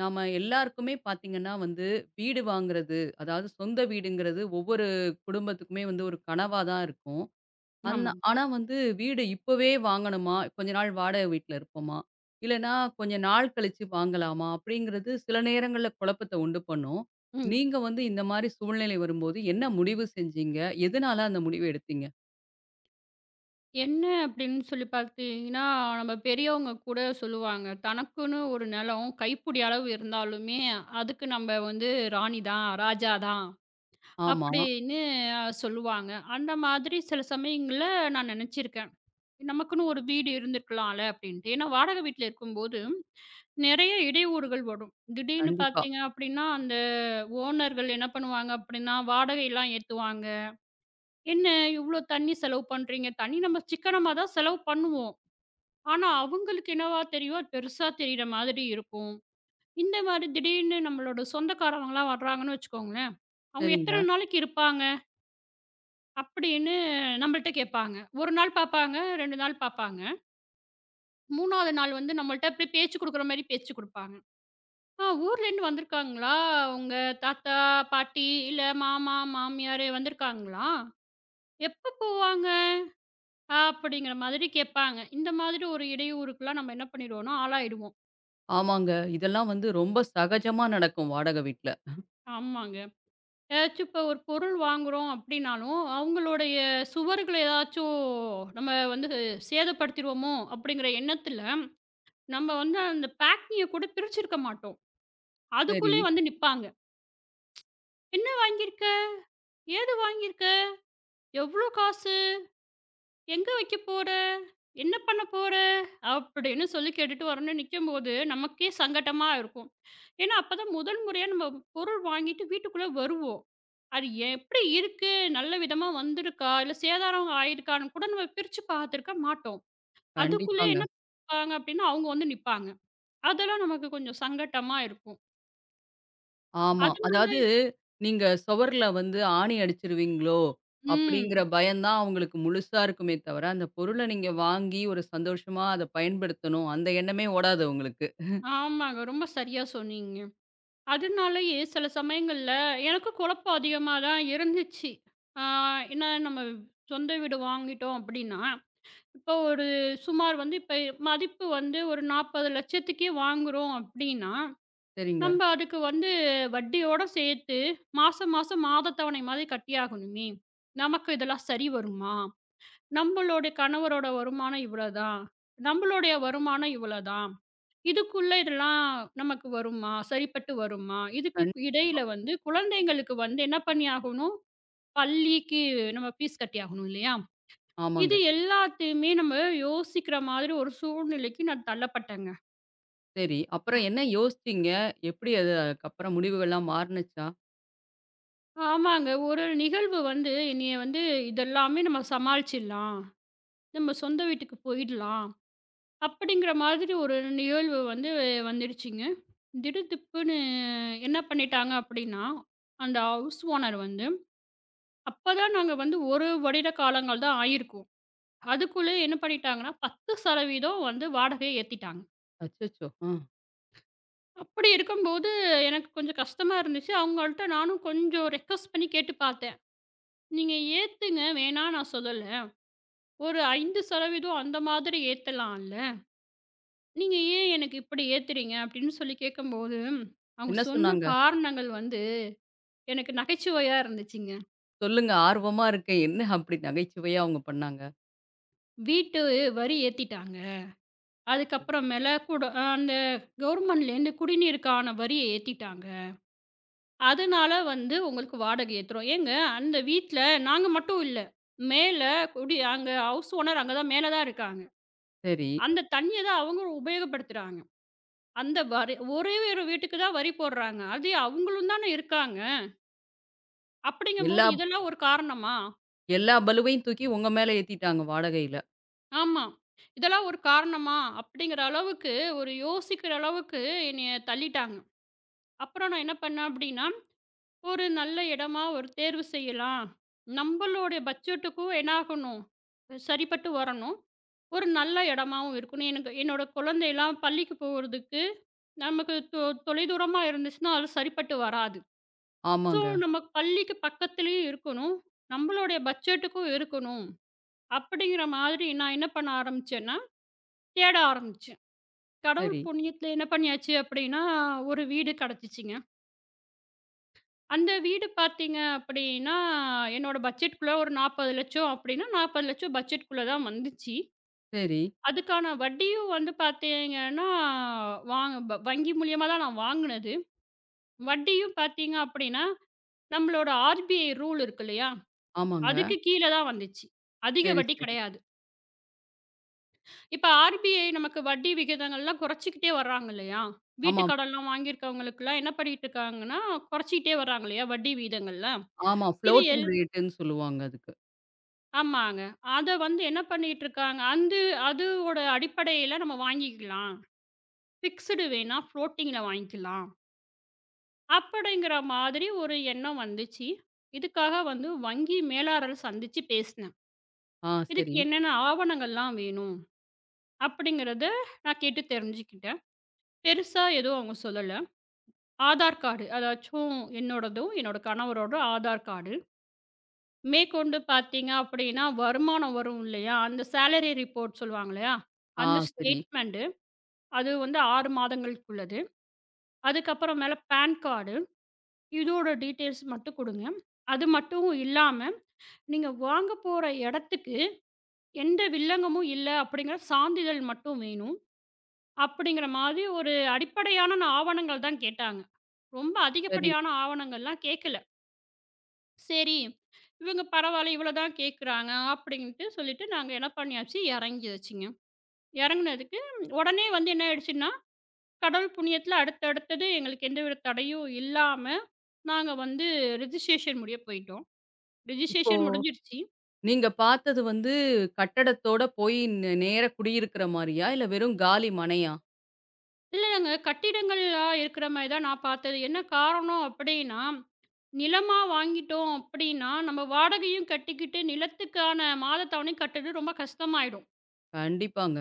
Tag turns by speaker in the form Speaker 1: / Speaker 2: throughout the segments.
Speaker 1: நாம எல்லாருக்குமே பார்த்தீங்கன்னா வந்து, வீடு வாங்குறது, அதாவது சொந்த வீடுங்கிறது ஒவ்வொரு குடும்பத்துக்குமே வந்து ஒரு கனவா தான் இருக்கும்.
Speaker 2: ஆமா.
Speaker 1: ஆனா வந்து வீடு இப்பவே வாங்கணுமா? கொஞ்ச நாள் வாடகை வீட்ல இருப்போமா? இல்லன்னா கொஞ்ச நாள் கழிச்சு வாங்கலாமா? அப்படிங்கிறது சில நேரங்கள்ல குழப்பத்த உண்டு பண்ணும்.
Speaker 2: ம்.
Speaker 1: நீங்க வந்து இந்த மாரி சூழ்நிலை வரும்போது என்ன முடிவு செஞ்சீங்க? எதனால அந்த முடிவு எடுத்தீங்க?
Speaker 2: என்ன அப்படின்னு சொல்லி பார்த்தீங்கன்னா, நம்ம பெரியவங்க கூட சொல்லுவாங்க. தனக்குன்னு ஒரு நிலம் கைப்புடி அளவு இருந்தாலுமே, அதுக்கு நம்ம வந்து ராணி தான், ராஜா தான்
Speaker 1: ஆமா,
Speaker 2: அப்படின்னு சொல்லுவாங்க. அந்த மாதிரி சில சமயங்கள்ல நான் நினைச்சிருக்கேன். நமக்குன்னு ஒரு வீடு இருந்திருக்கலாம்ல அப்படின்ட்டு. ஏன்னா வாடகை வீட்ல இருக்கும்போது நிறைய இடையூறுகள் வரும். திடீர்னு
Speaker 1: கண்டிப்பா.
Speaker 2: பார்த்தீங்க அப்படின்னா, அந்த ஓனர்கள் என்ன பண்ணுவாங்க அப்படின்னா, வாடகைலாம் ஏத்துவாங்க. என்ன இவ்ளோ தண்ணீ செலவு பண்றீங்க? தண்ணீ நம்ம சிக்கனமா தான் செலவு பண்ணுவோம். ஆனா, அவங்களுக்கு என்னவா தெரியும்? அது பெருசா தெரியிற மாதிரி இருக்கும். இந்த மாரி திடீர்னு நம்மளோட சொந்தக்காரவங்கலாம் வர்றாங்கன்னு வச்சுக்கோங்களேன், அவங்க எத்தன
Speaker 1: சரிங்க.
Speaker 2: நாளைக்கு இருப்பாங்க? அப்படின்னு நம்மள்ட்ட கேட்பாங்க. 1 நாள் பாப்பாங்க, 2 நாள் பாப்பாங்க. 3வது நாள் வந்து நம்மள்ட்ட அப்படியே பேச்சு குடுக்குற மாரி பேச்சு குடுப்பாங்க. "ஆ ஊர்லேருந்து வந்திருக்காங்களா? உங்க தாத்தா, பாட்டி இல்ல மாமா, மாமியாரு வந்திருக்காங்களா? எப்ப போவாங்க?" அப்படிங்கிற மாதிரி கேட்பாங்க. இந்த மாதிரி ஒரு இடையூறுக்குலாம் நம்ம என்ன பண்ணிடுவோம்னா, ஆளாயிடுவோம்.
Speaker 1: ஆமாங்க. இதெல்லாம் வந்து ரொம்ப சகஜமா நடக்கும் வாடகை வீட்ல.
Speaker 2: ஆமாங்க. ஏதாச்சும் இப்போ ஒரு பொருள் வாங்குறோம் அப்படின்னாலும், அவங்களுடைய சுவர்கள ஏதாச்சும் நம்ம வந்து சேதப்படுத்திருவோமோ அப்படிங்கிற எண்ணத்தில, நம்ம வந்து அந்த பேக்கிங்க கூட பிரிச்சிருக்க மாட்டோம்.
Speaker 1: சரி.
Speaker 2: அதுக்குள்ளயே வந்து நிப்பாங்க. "என்ன வாங்கியிருக்க? ஏது வாங்கியிருக்க? எவ்ளோ காசு?" எங்க வைக்க போற? என்ன பண்ண போற? அப்படின்னு சொல்லி கேட்டுட்டு வரணும்னு நிக்கும்போது, நமக்கே சங்கட்டமா இருக்கும். ஏன்னா, அப்பதான் முதல் முறையா நம்ம பொருள் வாங்கிட்டு வீட்டுக்குள்ள வருவோம். அது எப்படி இருக்கு? நல்ல விதமா வந்திருக்கா? இல்ல சேதாரம் ஆயிருக்கான்னு கூட நம்ம பிரிச்சு பார்த்துருக்க மாட்டோம். அதுக்குள்ளே
Speaker 1: கண்டிப்பாங்க.
Speaker 2: என்ன பண்ணுவாங்க அப்படின்னா, அவங்க வந்து நிப்பாங்க. அதெல்லாம் நமக்கு கொஞ்சம் சங்கட்டமா இருக்கும்.
Speaker 1: ஆமா.
Speaker 2: அது
Speaker 1: அதாவது நீங்க சுவர்ல வந்து ஆணி அடிச்சுருவீங்களோ! அப்பிடிங்கிற
Speaker 2: ம்.
Speaker 1: பயம் தான் அவுங்களுக்கு முழுசா இருக்குமே தவிர, அந்த பொருள நீங்க வாங்கி ஒரு சந்தோஷமா அத பயன்படுத்தணும். அந்த எண்ணமே ஓடாது உங்களுக்கு.
Speaker 2: ஆமாங்க. ரொம்ப சரியா சொன்னீங்க. அதனாலயே சில சமயங்கள்ல எனக்கு குழப்பம் அதிகமா தான் இருந்துச்சு. ஆ ஏன்னா நம்ம சொந்த வீடு வாங்கிட்டோம் அப்படின்னா, இப்போ ஒரு சுமார் வந்து இப்ப மதிப்பு வந்து ஒரு 40,00,000க்கே வாங்குறோம் அப்படின்னா,
Speaker 1: சரிங்க.
Speaker 2: நம்ம அதுக்கு வந்து வட்டியோட சேர்த்து மாசம் மாசம் மாதத்தவணை மாதிரி கட்டியாகணுமே! நமக்கு இதெல்லாம் சரி வருமா? நம்மளுடைய கணவரோட வருமானம் இவ்வளோதான். நம்மளுடைய வருமானம் இவ்வளோதான். இதுக்குள்ள இதெல்லாம் நமக்கு வருமா? சரிப்பட்டு வருமா? இதுக்கு
Speaker 1: கண்
Speaker 2: இடையில வந்து குழந்தைங்களுக்கு வந்து என்ன பண்ணி ஆகணும், பள்ளிக்கு நம்ம ஃபீஸ் கட்டி ஆகணும் இல்லையா?
Speaker 1: ஆமாங்க.
Speaker 2: இது எல்லாத்தையுமே நம்ம யோசிக்கிற மாதிரி ஒரு சூழ்நிலைக்கு நான் தள்ளப்பட்டேங்க.
Speaker 1: சரி. அப்புறம் என்ன யோசிச்சீங்க? எப்பிடி அது அதுக்கப்புறம் முடிவுகள்லாம் மாறுனுச்சா?
Speaker 2: ஆமாங்க. ஒரு நிகழ்வு வந்து என்னைய வந்து இதெல்லாமே நம்ம சமாளிச்சிடலாம். நம்ம சொந்த வீட்டுக்கு போயிடலாம். அப்படிங்கிற மாதிரி ஒரு நிகழ்வு வந்து வந்துடுச்சுங்க. திடுதிப்புன்னு என்ன பண்ணிட்டாங்க அப்படின்னா, அந்த ஹவுஸ் ஓனர் வந்து அப்பதான் நாங்க வந்து 1 வருட காலங்கள் தான் ஆயிருக்கும். அதுக்குள்ளே என்ன பண்ணிட்டாங்கன்னா, 10% வந்து வாடகைய ஏத்திட்டாங்க.
Speaker 1: அச்சச்சோ! ஆ.
Speaker 2: அப்படி இருக்கும்போது எனக்கு கொஞ்சம் கஷ்டமா இருந்துச்சு. அவங்கள்ட்ட நானும் கொஞ்சம் ரெக்வெஸ்ட் பண்ணி கேட்டு பார்த்தேன். "நீங்க ஏத்துங்க, வேணான்னு நான் சொல்லல. ஒரு 5% அந்த மாதிரி ஏத்தலாம்ல. நீங்க ஏன் எனக்கு இப்படி ஏத்துறீங்க?" அப்படின்னு சொல்லி கேட்கும்போது, அவங்க
Speaker 1: என்ன
Speaker 2: சொன்ன
Speaker 1: சொன்னாங்க?
Speaker 2: காரணங்கள் வந்து எனக்கு நகைச்சுவையா இருந்துச்சுங்க.
Speaker 1: சொல்லுங்க. ஆர்வமா இருக்கேன். என்ன அப்பிடி நகைச்சுவையா அவுங்க பண்ணாங்க?
Speaker 2: "வீட்டு வரி ஏத்திட்டாங்க." அதுக்கப்புறமேல கூட அந்த கவர்மெண்ட்லேருந்து குடிநீருக்கான வரிய ஏத்திட்டாங்க. அதனால வந்து உங்களுக்கு வாடகை ஏத்துறோம். ஏங்க அந்த வீட்ல நாங்க மட்டும் இல்ல. மேல குடி அங்க ஹவுஸ் ஓனர் அங்க தான் மேல தான் இருக்காங்க.
Speaker 1: சரி.
Speaker 2: அந்த தண்ணிய தான் அவங்களும் உபயோகப்படுத்துறாங்க. அந்த வரி ஒரே ஒரு வீட்டுக்கு தான் வரி போடுறாங்க. அது அவங்களும் தானே இருக்காங்க. அப்படிங்கும்போது
Speaker 1: எல்லா
Speaker 2: இதெல்லாம் ஒரு காரணமா?
Speaker 1: எல்லா பளுவையும் தூக்கி உங்க மேல ஏத்திட்டாங்க வாடகையில.
Speaker 2: ஆமா. இதெல்லாம் ஒரு காரணமா? அப்படிங்கிற அளவுக்கு ஒரு யோசிக்கிற அளவுக்கு என்னைய தள்ளிட்டாங்க. அப்புறம் நான் என்ன பண்ணேன் அப்படின்னா ஒரு நல்ல இடமா ஒரு தேர்வு செய்யலாம். நம்மளுடைய பட்ஜெட்டுக்கும் என்ன ஆகணும், சரிப்பட்டு வரணும். ஒரு நல்ல இடமாவும் இருக்கணும். எனக்கு என்னோட குழந்தைலாம் பள்ளிக்கு போறதுக்கு நமக்கு தொலைதூரமா இருந்துச்சுன்னா, அது சரிப்பட்டு வராது. ஸோ,
Speaker 1: ஆமாங்க.
Speaker 2: நம்ம பள்ளிக்கு பக்கத்திலேயே இருக்கணும். நம்மளுடைய பட்ஜெட்டுக்கும் இருக்கணும். அப்படிங்கிற மாதிரி நான் என்ன பண்ண ஆரம்பிச்சேன்னா, தேட ஆரம்பிச்சேன். கடவுள்
Speaker 1: சரி,
Speaker 2: புண்ணியத்துல என்ன பண்ணியாச்சு அப்படின்னா, ஒரு வீடு கிடைச்சிச்சுங்க. அந்த வீடு பார்த்தீங்க அப்படின்னா, என்னோட பட்ஜெட்குள்ள ஒரு 40,00,000 அப்படின்னா, 40,00,000 பட்ஜெட்குள்ள தான் வந்துச்சு.
Speaker 1: சரி.
Speaker 2: அதுக்கான வட்டியும் வந்து பார்த்தீங்கன்னா, வாங் வ வங்கி மூலியமா தான் நான் வாங்குனது. வட்டியும் பார்த்தீங்க அப்படின்னா, நம்மளோட ஆர்பிஐ ரூல் இருக்கு இல்லையா?
Speaker 1: ஆமாங்க.
Speaker 2: அதுக்கு கீழ தான் வந்துச்சு. அதிக
Speaker 1: சரி,
Speaker 2: வட்டி
Speaker 1: சரி.
Speaker 2: கிடையாது. இப்ப ஆர்பிஐ நமக்கு வட்டி விகிதங்கள்லாம் குறைச்சுக்கிட்டே வர்றாங்க இல்லையா? வீட்டு
Speaker 1: ஆமா,
Speaker 2: கடன்லாம் வாங்கியிருக்கவங்களுக்குலாம் என்ன பண்ணிட்டு இருக்காங்கன்னா, குறைச்சிக்கிட்டே வர்றாங்க இல்லையா? வட்டி விகிதங்கள்லாம்.
Speaker 1: ஆமா.
Speaker 2: இது
Speaker 1: ஃப்ளோட்டிங் ரேட்டுன்னு சொல்லுவாங்க அதுக்கு.
Speaker 2: ஆமாங்க. அத வந்து என்ன பண்ணிட்டு இருக்காங்க, அந்த அதோட அடிப்படையில நம்ம வாங்கிக்கலாம். ஃபிக்ஸ்டு வேணா ஃப்ளோட்டிங்ல வாங்கிக்கலாம். அப்படிங்கிற மாதிரி ஒரு எண்ணம் வந்துச்சு. இதுக்காக வந்து வங்கி மேலாளர் சந்திச்சு பேசினேன்.
Speaker 1: ஆ
Speaker 2: இதுக்கு
Speaker 1: சரி.
Speaker 2: என்னென்ன ஆவணங்கள்லாம் வேணும் அப்படிங்கிறத நான் கேட்டு தெரிஞ்சுக்கிட்டேன். பெருசா எதுவும் அவங்க சொல்லல. ஆதார் கார்டு அதாச்சும் என்னோடதும், என்னோட கணவரோட ஆதார் கார்டு. மேற்கொண்டு பார்த்தீங்க அப்படின்னா, வருமானம் வரும் இல்லையா? அந்த சேலரி ரிப்போர்ட் சொல்லுவாங்க இல்லையா?
Speaker 1: ஆ
Speaker 2: அந்த
Speaker 1: சரி,
Speaker 2: ஸ்டேட்மெண்ட் அது வந்து 6 மாதங்களுக்குள்ளது. அதுக்கப்புறம் மேல பான் கார்டு, இதோட டீட்டெயில்ஸ் மட்டும் குடுங்க. அது மட்டும் இல்லாம, நீங்க வாங்க போற இடத்துக்கு எந்த வில்லங்கமும் இல்ல அப்படிங்கிற சான்றிதழ் மட்டும் வேணும். அப்படிங்கிற மாதிரி ஒரு அடிப்படையான ஆவணங்கள் தான் கேட்டாங்க. ரொம்ப
Speaker 1: சரி.
Speaker 2: அதிகப்படியான ஆவணங்கள்லாம் கேட்கல. சரி, இவங்க பரவாயில்ல இவ்வளோ தான் கேட்குறாங்க அப்படின்ட்டு சொல்லிட்டு நாங்க என்ன பண்ணியாச்சு இறங்கியாச்சுங்க. இறங்குனதுக்கு உடனே வந்து என்ன ஆயிடுச்சுன்னா, கடவுள் புண்ணியத்துல அடுத்தடுத்தது எங்களுக்கு எந்தவித தடையும் இல்லாம நாங்க வந்து ரிஜிஸ்ட்ரேஷன் முடிய போயிட்டோம்.
Speaker 1: இப்போ
Speaker 2: ரிஜிஸ்ட்ரேஷன் முடிஞ்சிருச்சு.
Speaker 1: நீங்க பார்த்தது வந்து கட்டடத்தோட போய் நேர குடியிருக்கிற மாரியா? இல்ல வெறும் காலி மனையா?
Speaker 2: இல்ல நாங்க கட்டிடங்கள்லா இருக்கிற மாரி தான் நான் பார்த்தது. என்ன காரணம் அப்டின்னா, நிலமா வாங்கிட்டோம் அப்டின்னா, நம்ம வாடகையும் கட்டிக்கிட்டு நிலத்துக்கான மாத தவணையும் கட்டுறது ரொம்ப கஷ்டமாயிடும்.
Speaker 1: கண்டிப்பாங்க.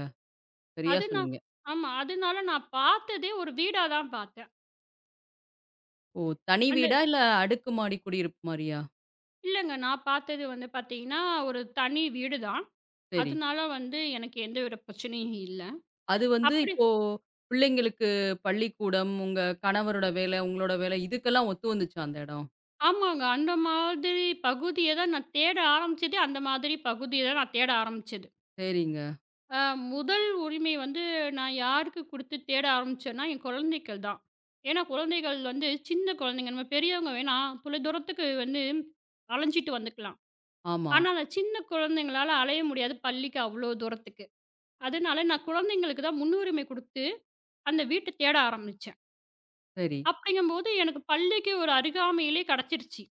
Speaker 1: சரியா
Speaker 2: அதுனா
Speaker 1: சொன்னீங்க.
Speaker 2: ஆமா. அதனால நான் பார்த்ததே ஒரு வீடா தான் பார்த்தேன்.
Speaker 1: ஓ! தனி
Speaker 2: அந்த
Speaker 1: வீடா? இல்ல அடுக்குமாடி குடியிருப்பு மாரியா?
Speaker 2: இல்லங்க நான் பார்த்தது வந்து பார்த்தீங்கன்னா, ஒரு தனி வீடு தான்.
Speaker 1: சரி.
Speaker 2: அதனால வந்து எனக்கு எந்தவித பிரச்சனையும் இல்ல.
Speaker 1: அது வந்து
Speaker 2: அப்டி
Speaker 1: இப்போ பிள்ளைங்களுக்கு பள்ளிக்கூடம், உங்க கணவரோட வேலை, உங்களோட வேலை இதுக்கெல்லாம் ஒத்து வந்துச்சா அந்த இடம்?
Speaker 2: ஆமாங்க. அந்த மாதிரி பகுதிய தான் நான் தேட ஆரம்பிச்சதே, அந்த மாதிரி பகுதிய தான் நான் தேட ஆரம்பிச்சது.
Speaker 1: சரிங்க.
Speaker 2: அ முதல் உரிமை வந்து நான் யாருக்கு குடுத்து தேட ஆரம்பிச்சேன்னா, என் குழந்தைகள் தான். ஏன்னா, குழந்தைகள் வந்து சின்ன குழந்தைங்க. நம்ம பெரியவங்க வேணா தொலைதூரத்துக்கு வந்து அலைஞ்சிட்டு வந்துக்கலாம்.
Speaker 1: ஆமா.
Speaker 2: ஆனா, அந்த சின்ன குழந்தைங்களால அலைய முடியாது பள்ளிக்கு அவ்ளோ தூரத்துக்கு. அதனால நான் குழந்தைங்களுக்கு தான் முன்னுரிமை குடுத்து, அந்த வீட்ட தேட ஆரம்பிச்சேன்.
Speaker 1: சரி.
Speaker 2: அப்படிங்கும்போது எனக்கு பள்ளிக்கு ஒரு அருகாமையிலே கெடைச்சிருச்சு.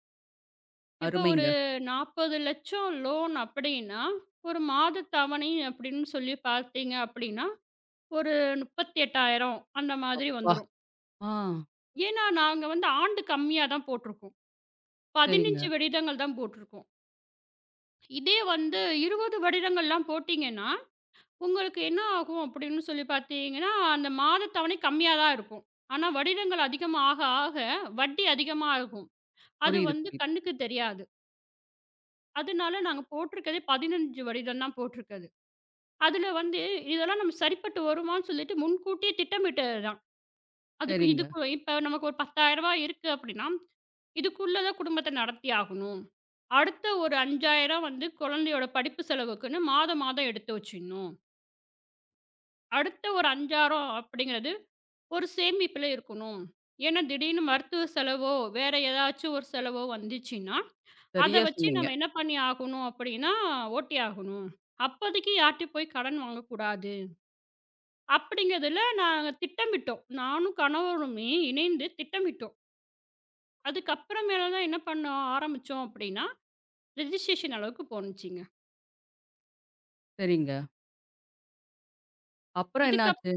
Speaker 2: இப்போ ஒரு
Speaker 1: அருமைங்க.
Speaker 2: 40,00,000 லோன் அப்படின்னா, ஒரு மாத தவணை அப்படின்னு சொல்லி பார்த்தீங்க அப்படின்னா, ஒரு 38,000 அந்த மாதிரி
Speaker 1: அப்பா!
Speaker 2: வந்துரும்.
Speaker 1: ஆ
Speaker 2: ஏன்னா, நாங்க வந்து ஆண்டு கம்மியா தான் போட்டிருக்கோம்.
Speaker 1: சரிங்க.
Speaker 2: 15 வருடங்கள் தான் போட்டிருக்கோம். இதே வந்து 20 வருடங்கள்லாம் போட்டீங்கன்னா, உங்களுக்கு என்ன ஆகும் அப்படின்னு சொல்லி பார்த்தீங்கன்னா, அந்த மாத தவணை கம்மியா தான் இருக்கும். ஆனா, வருடங்கள் அதிகமா ஆக ஆக வட்டி அதிகமா ஆகும். அது
Speaker 1: புரியுது,
Speaker 2: வந்து
Speaker 1: புரியுது.
Speaker 2: கண்ணுக்கு தெரியாது. அதனால நாங்க போட்டிருக்கதே 15 வருடம் தான் போட்டிருக்கது. அதில வந்து இதெல்லாம் நம்ம சரிப்பட்டு வருமான்னு சொல்லிட்டு முன்கூட்டியே திட்டமிட்டதுதான். அதுக்கு
Speaker 1: சரிங்க.
Speaker 2: இதுக்கு இப்ப நமக்கு ஒரு ரூ. 10,000 இருக்கு அப்படின்னா, இதுக்குள்ள தான் குடும்பத்த நடத்தி ஆகணும். அடுத்த ஒரு 5,000 வந்து குழந்தையோட படிப்பு செலவுக்குன்னு மாதம் மாதம் எடுத்து வச்சிடணும். அடுத்த ஒரு 5,000 அப்படிங்கிறது ஒரு சேமிப்பில இருக்கணும். ஏன்னா திடீர்னு மருத்துவ செலவோ, வேற ஏதாச்சும் ஒரு செலவோ வந்துச்சுன்னா, அத
Speaker 1: சரியா
Speaker 2: வச்சு
Speaker 1: சொன்னீங்க.
Speaker 2: நம்ம என்ன பண்ணி ஆகணும் அப்படின்னா, ஓட்டி ஆகணும். அப்போதைக்கு யார்ட்டயும் போய் கடன் வாங்கக்கூடாது. அப்படிங்கிறதுல நாங்க திட்டமிட்டோம். நானும் கணவருமே இணைந்து திட்டமிட்டோம். அதுக்கப்புறமேல தான் என்ன பண்ண ஆரம்பிச்சோம் அப்படின்னா, ரெஜிஸ்ட்ரேஷன் அளவுக்கு போணுச்சுங்க.
Speaker 1: சரிங்க. அப்புறம்
Speaker 2: இதுக்கப்
Speaker 1: என்னாச்சு?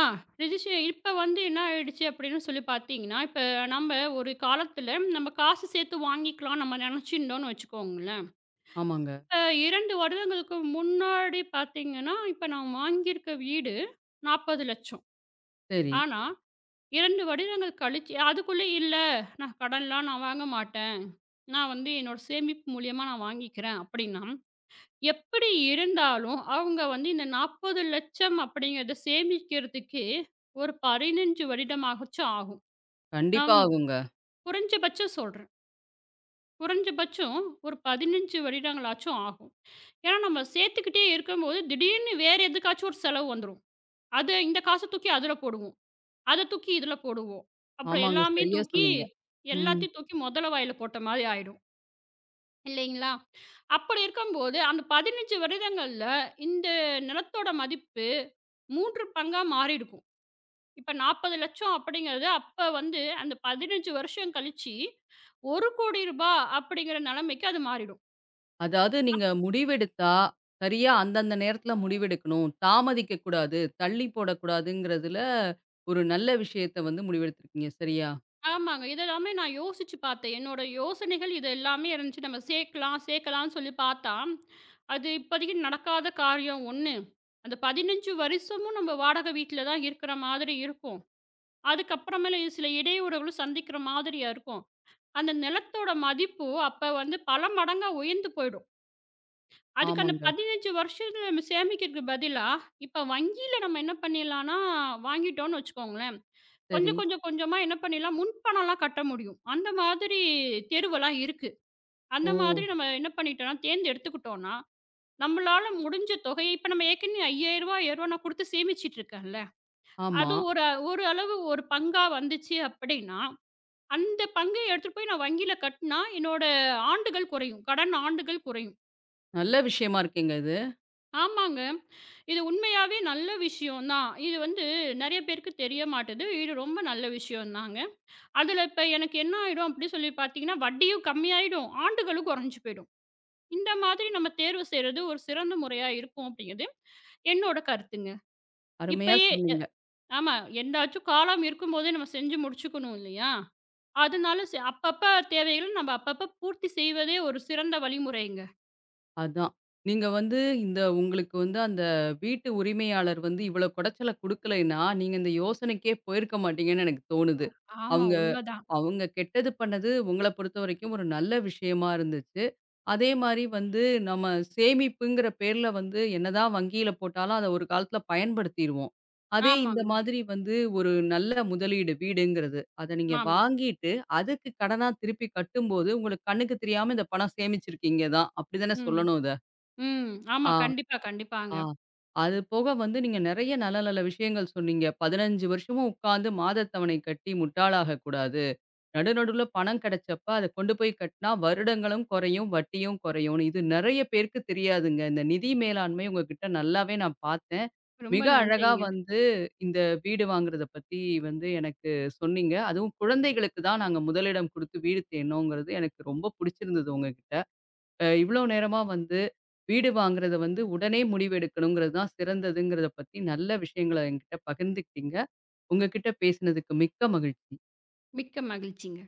Speaker 2: ஆ ரெஜிஸ்ட்ரே இப்ப வந்து என்ன ஆயிடுச்சு அப்படின்னு சொல்லி பார்த்தீங்கன்னா, இப்ப நம்ப ஒரு காலத்துல நம்ம காசு சேர்த்து வாங்கிக்கலாம் நம்ம நெனச்சிருந்தோம்னு வச்சுக்கோங்களேன்.
Speaker 1: ஆமாங்க.
Speaker 2: இப்ப 2 வருடங்களுக்கு முன்னாடி பார்த்தீங்கன்னா, இப்ப நான் வாங்கியிருக்க வீடு 40,00,000
Speaker 1: சரி.
Speaker 2: ஆனா 2 வருடங்கள் கழிச்சு அதுக்குள்ளே இல்ல, நான் கடன்லாம் நான் வாங்க மாட்டேன். நான் வந்து என்னோட சேமிப்பு மூலியமா நான் வாங்கிக்கிறேன் அப்படின்னா, எப்படி இருந்தாலும் அவங்க வந்து இந்த 40,00,000 அப்படிங்கிறத சேமிக்கிறதுக்கு ஒரு 15 வருடமாகச்சும் ஆகும். நான்
Speaker 1: கண்டிப்பா ஆகுங்க.
Speaker 2: குறைஞ்சபட்சம் சொல்றேன். குறைஞ்சபட்சம் ஒரு 15 வருடங்களாச்சும் ஆகும். ஏன்னா நம்ம சேர்த்துக்கிட்டே இருக்கும்போது, திடீர்னு வேற எதுக்காச்சும் ஒரு செலவு வந்துரும். அது இந்த காச தூக்கி அதுல போடுவோம். அத தூக்கி இதுல போடுவோம். அப்புறம்
Speaker 1: ஆமாங்க.
Speaker 2: எல்லாமே
Speaker 1: சரியா
Speaker 2: தூக்கி
Speaker 1: சொன்னீங்க. ம்.
Speaker 2: எல்லாத்தையும் தூக்கி முதல வாயில போட்ட மாரி ஆயிடும். இல்லைங்களா? அப்படி இருக்கும்போது, அந்த 15 வருடங்கள்ல இந்த நிலத்தோட மதிப்பு 3 பங்கா மாறியிருக்கும். இப்ப 40,00,000 அப்படிங்கிறது அப்ப வந்து அந்த 15 வருஷம் கழிச்சு, ரூ. 1,00,00,000 அப்படிங்கிற நிலைமைக்கு அது மாறிடும்.
Speaker 1: அதாவது நீங்க முடிவெடுத்தா, சரியா அந்தந்த நேரத்தில முடிவெடுக்கணும். தாமதிக்க கூடாது. தள்ளி போடக்கூடாதுங்கிறதுல, ஒரு நல்ல விஷயத்த வந்து முடிவெடுத்திருக்கீங்க. சரியா?
Speaker 2: ஆமாங்க. இது எல்லாமே நான் யோசிச்சு பார்த்தேன். என்னோட யோசனைகள் இது எல்லாமே இருந்துச்சு. நம்ம சேர்க்கலாம், சேர்க்கலாம்ன்னு சொல்லி பார்த்தா, அது இப்போதைக்கு நடக்காத காரியம் 1. அந்த 15 வருஷமும் நம்ம வாடகை வீட்ல தான் இருக்கிற மாதிரி இருக்கும். அதுக்கப்புறமேல சில இடையூறுகளும் சந்திக்கிற மாதிரியா இருக்கும். அந்த நிலத்தோட மதிப்பு அப்ப வந்து பல மடங்கா உயர்ந்து போயிடும். அதுக்கு அந்த
Speaker 1: ஆமாங்க.
Speaker 2: 15 வருஷத்துல நம்ம சேமிக்கிறதுக்கு பதிலா, இப்ப வங்கியில நம்ம என்ன பண்ணிடலாம்னா, வாங்கிட்டோம்னு வச்சுக்கோங்களேன்.
Speaker 1: சரி.
Speaker 2: கொஞ்சம் கொஞ்சம் கொஞ்சமா என்ன பண்ணிடலாம், முன்பணம்லாம் கட்ட முடியும். அந்த மாதிரி தேர்வெல்லாம் இருக்கு. அந்த
Speaker 1: ஓ!
Speaker 2: மாதிரி நம்ம என்ன பண்ணிட்டோம்னா, தேர்ந்தெடுத்துக்கிட்டோம்னா, நம்மளால முடிஞ்ச தொகையை இப்ப நம்ம ஏற்கனவே ரூ. 5000 ரூ. 2000 நான் குடுத்து சேமிச்சுட்டு இருக்கேன்ல,
Speaker 1: ஆமா.
Speaker 2: அது ஒரு ஒரு அளவு ஒரு பங்கா வந்துச்சு அப்படின்னா, அந்த பங்கை எடுத்துட்டு போய் நான் வங்கியில கட்டினா, என்னோட ஆண்டுகள் குறையும். கடன் ஆண்டுகள் குறையும்.
Speaker 1: நல்ல விஷயமா இருக்கேங்க இது.
Speaker 2: ஆமாங்க. இது உண்மையாவே நல்ல விஷயம் தான். இது வந்து நெறைய பேருக்கு தெரிய மாட்டுது. இது ரொம்ப நல்ல விஷயம் தாங்க. அதில இப்ப எனக்கு என்ன ஆயிடும் அப்படி சொல்லி பார்த்தீங்கன்னா, வட்டியும் கம்மியாயிடும், ஆண்டுகளும் குறைஞ்சு போயிடும். இந்த மாதிரி நம்ம தேர்வு செய்றது ஒரு சிறந்த முறையா இருக்கும் அப்படிங்கிறது என்னோட கருத்துங்க.
Speaker 1: அருமையா
Speaker 2: இப்பயே எ
Speaker 1: சொன்னீங்க.
Speaker 2: ஆமா எந்தாச்சும் காலம் இருக்கும்போதே நம்ம செஞ்சு முடிச்சுக்கணும் இல்லையா? அதனால அப்பப்ப தேவைகள நம்ம அப்பப்ப பூர்த்தி செய்வதே ஒரு சிறந்த வழிமுறைங்க.
Speaker 1: அதான். நீங்க வந்து இந்த உங்களுக்கு வந்து அந்த வீட்டு உரிமையாளர் வந்து இவ்வளோ குடைச்சல குடுக்கலைன்னா, நீங்க இந்த யோசனைக்கே போயிருக்க மாட்டீங்கன்னு எனக்கு தோணுது.
Speaker 2: ஆமா
Speaker 1: அவங்க
Speaker 2: உண்மதான்.
Speaker 1: அவங்க கெட்டது பண்ணது உங்கள பொறுத்தவரைக்கும் ஒரு நல்ல விஷயமா இருந்துச்சு. அதே மாரி வந்து நம்ம சேமிப்புங்கிற பேர்ல வந்து என்னதான் வங்கியில போட்டாலும் அத ஒரு காலத்தில பயன்படுத்திருவோம். அதே இந்த
Speaker 2: ஆமாங்க.
Speaker 1: மாதிரி வந்து ஒரு நல்ல முதலீடு வீடுங்கிறது. அத நீங்க
Speaker 2: ஆமா.
Speaker 1: வாங்கிட்டு அதுக்கு கடனா திருப்பி கட்டும்போது உங்களுக்கு கண்ணுக்கு தெரியாம இந்த பணம் சேமிச்சிருக்கீங்க தான். அப்படி தானே
Speaker 2: ம்.
Speaker 1: சொல்லணும் இத?
Speaker 2: ம். ஆமா.
Speaker 1: ஆ,
Speaker 2: கண்டிப்பா, கண்டிப்பாங்க.
Speaker 1: ஆ. அது போக வந்து நீங்க நெறைய நல்ல நல்ல விஷயங்கள் சொன்னீங்க. 15 வருஷமும் உட்கார்ந்து மாதத்தவணை கட்டி முட்டாளாகக் கூடாது. நடு நடுவுல பணம் கிடைச்சப்ப அத கொண்டு போய் கட்டினா வருடங்களும் குறையும், வட்டியும் குறையும்னு. இது நெறைய பேருக்கு தெரியாதுங்க. இந்த நிதி மேலாண்மை உங்ககிட்ட நல்லாவே நான் பார்த்தேன்.
Speaker 2: ரொம்ப
Speaker 1: மிக அழகா
Speaker 2: நன்றிங்க.
Speaker 1: வந்து இந்த வீடு வாங்குறத பத்தி வந்து எனக்கு சொன்னீங்க. அதுவும் குழந்தைகளுக்கு தான் நாங்க முதலிடம் குடுத்து வீடு தேடினோங்கிறது எனக்கு ரொம்ப புடிச்சிருந்தது உங்ககிட்ட. இவ்வளோ நேரமா வந்து வீடு வாங்குறத வந்து உடனே முடிவெடுக்கணுங்கிறது தான் சிறந்ததுங்கிறத பத்தி நல்ல விஷயங்கள என்கிட்ட பகிர்ந்துக்கிட்டீங்க. உங்ககிட்ட பேசினதுக்கு மிக்க மகிழ்ச்சி.
Speaker 2: மிக்க மகிழ்ச்சிங்க.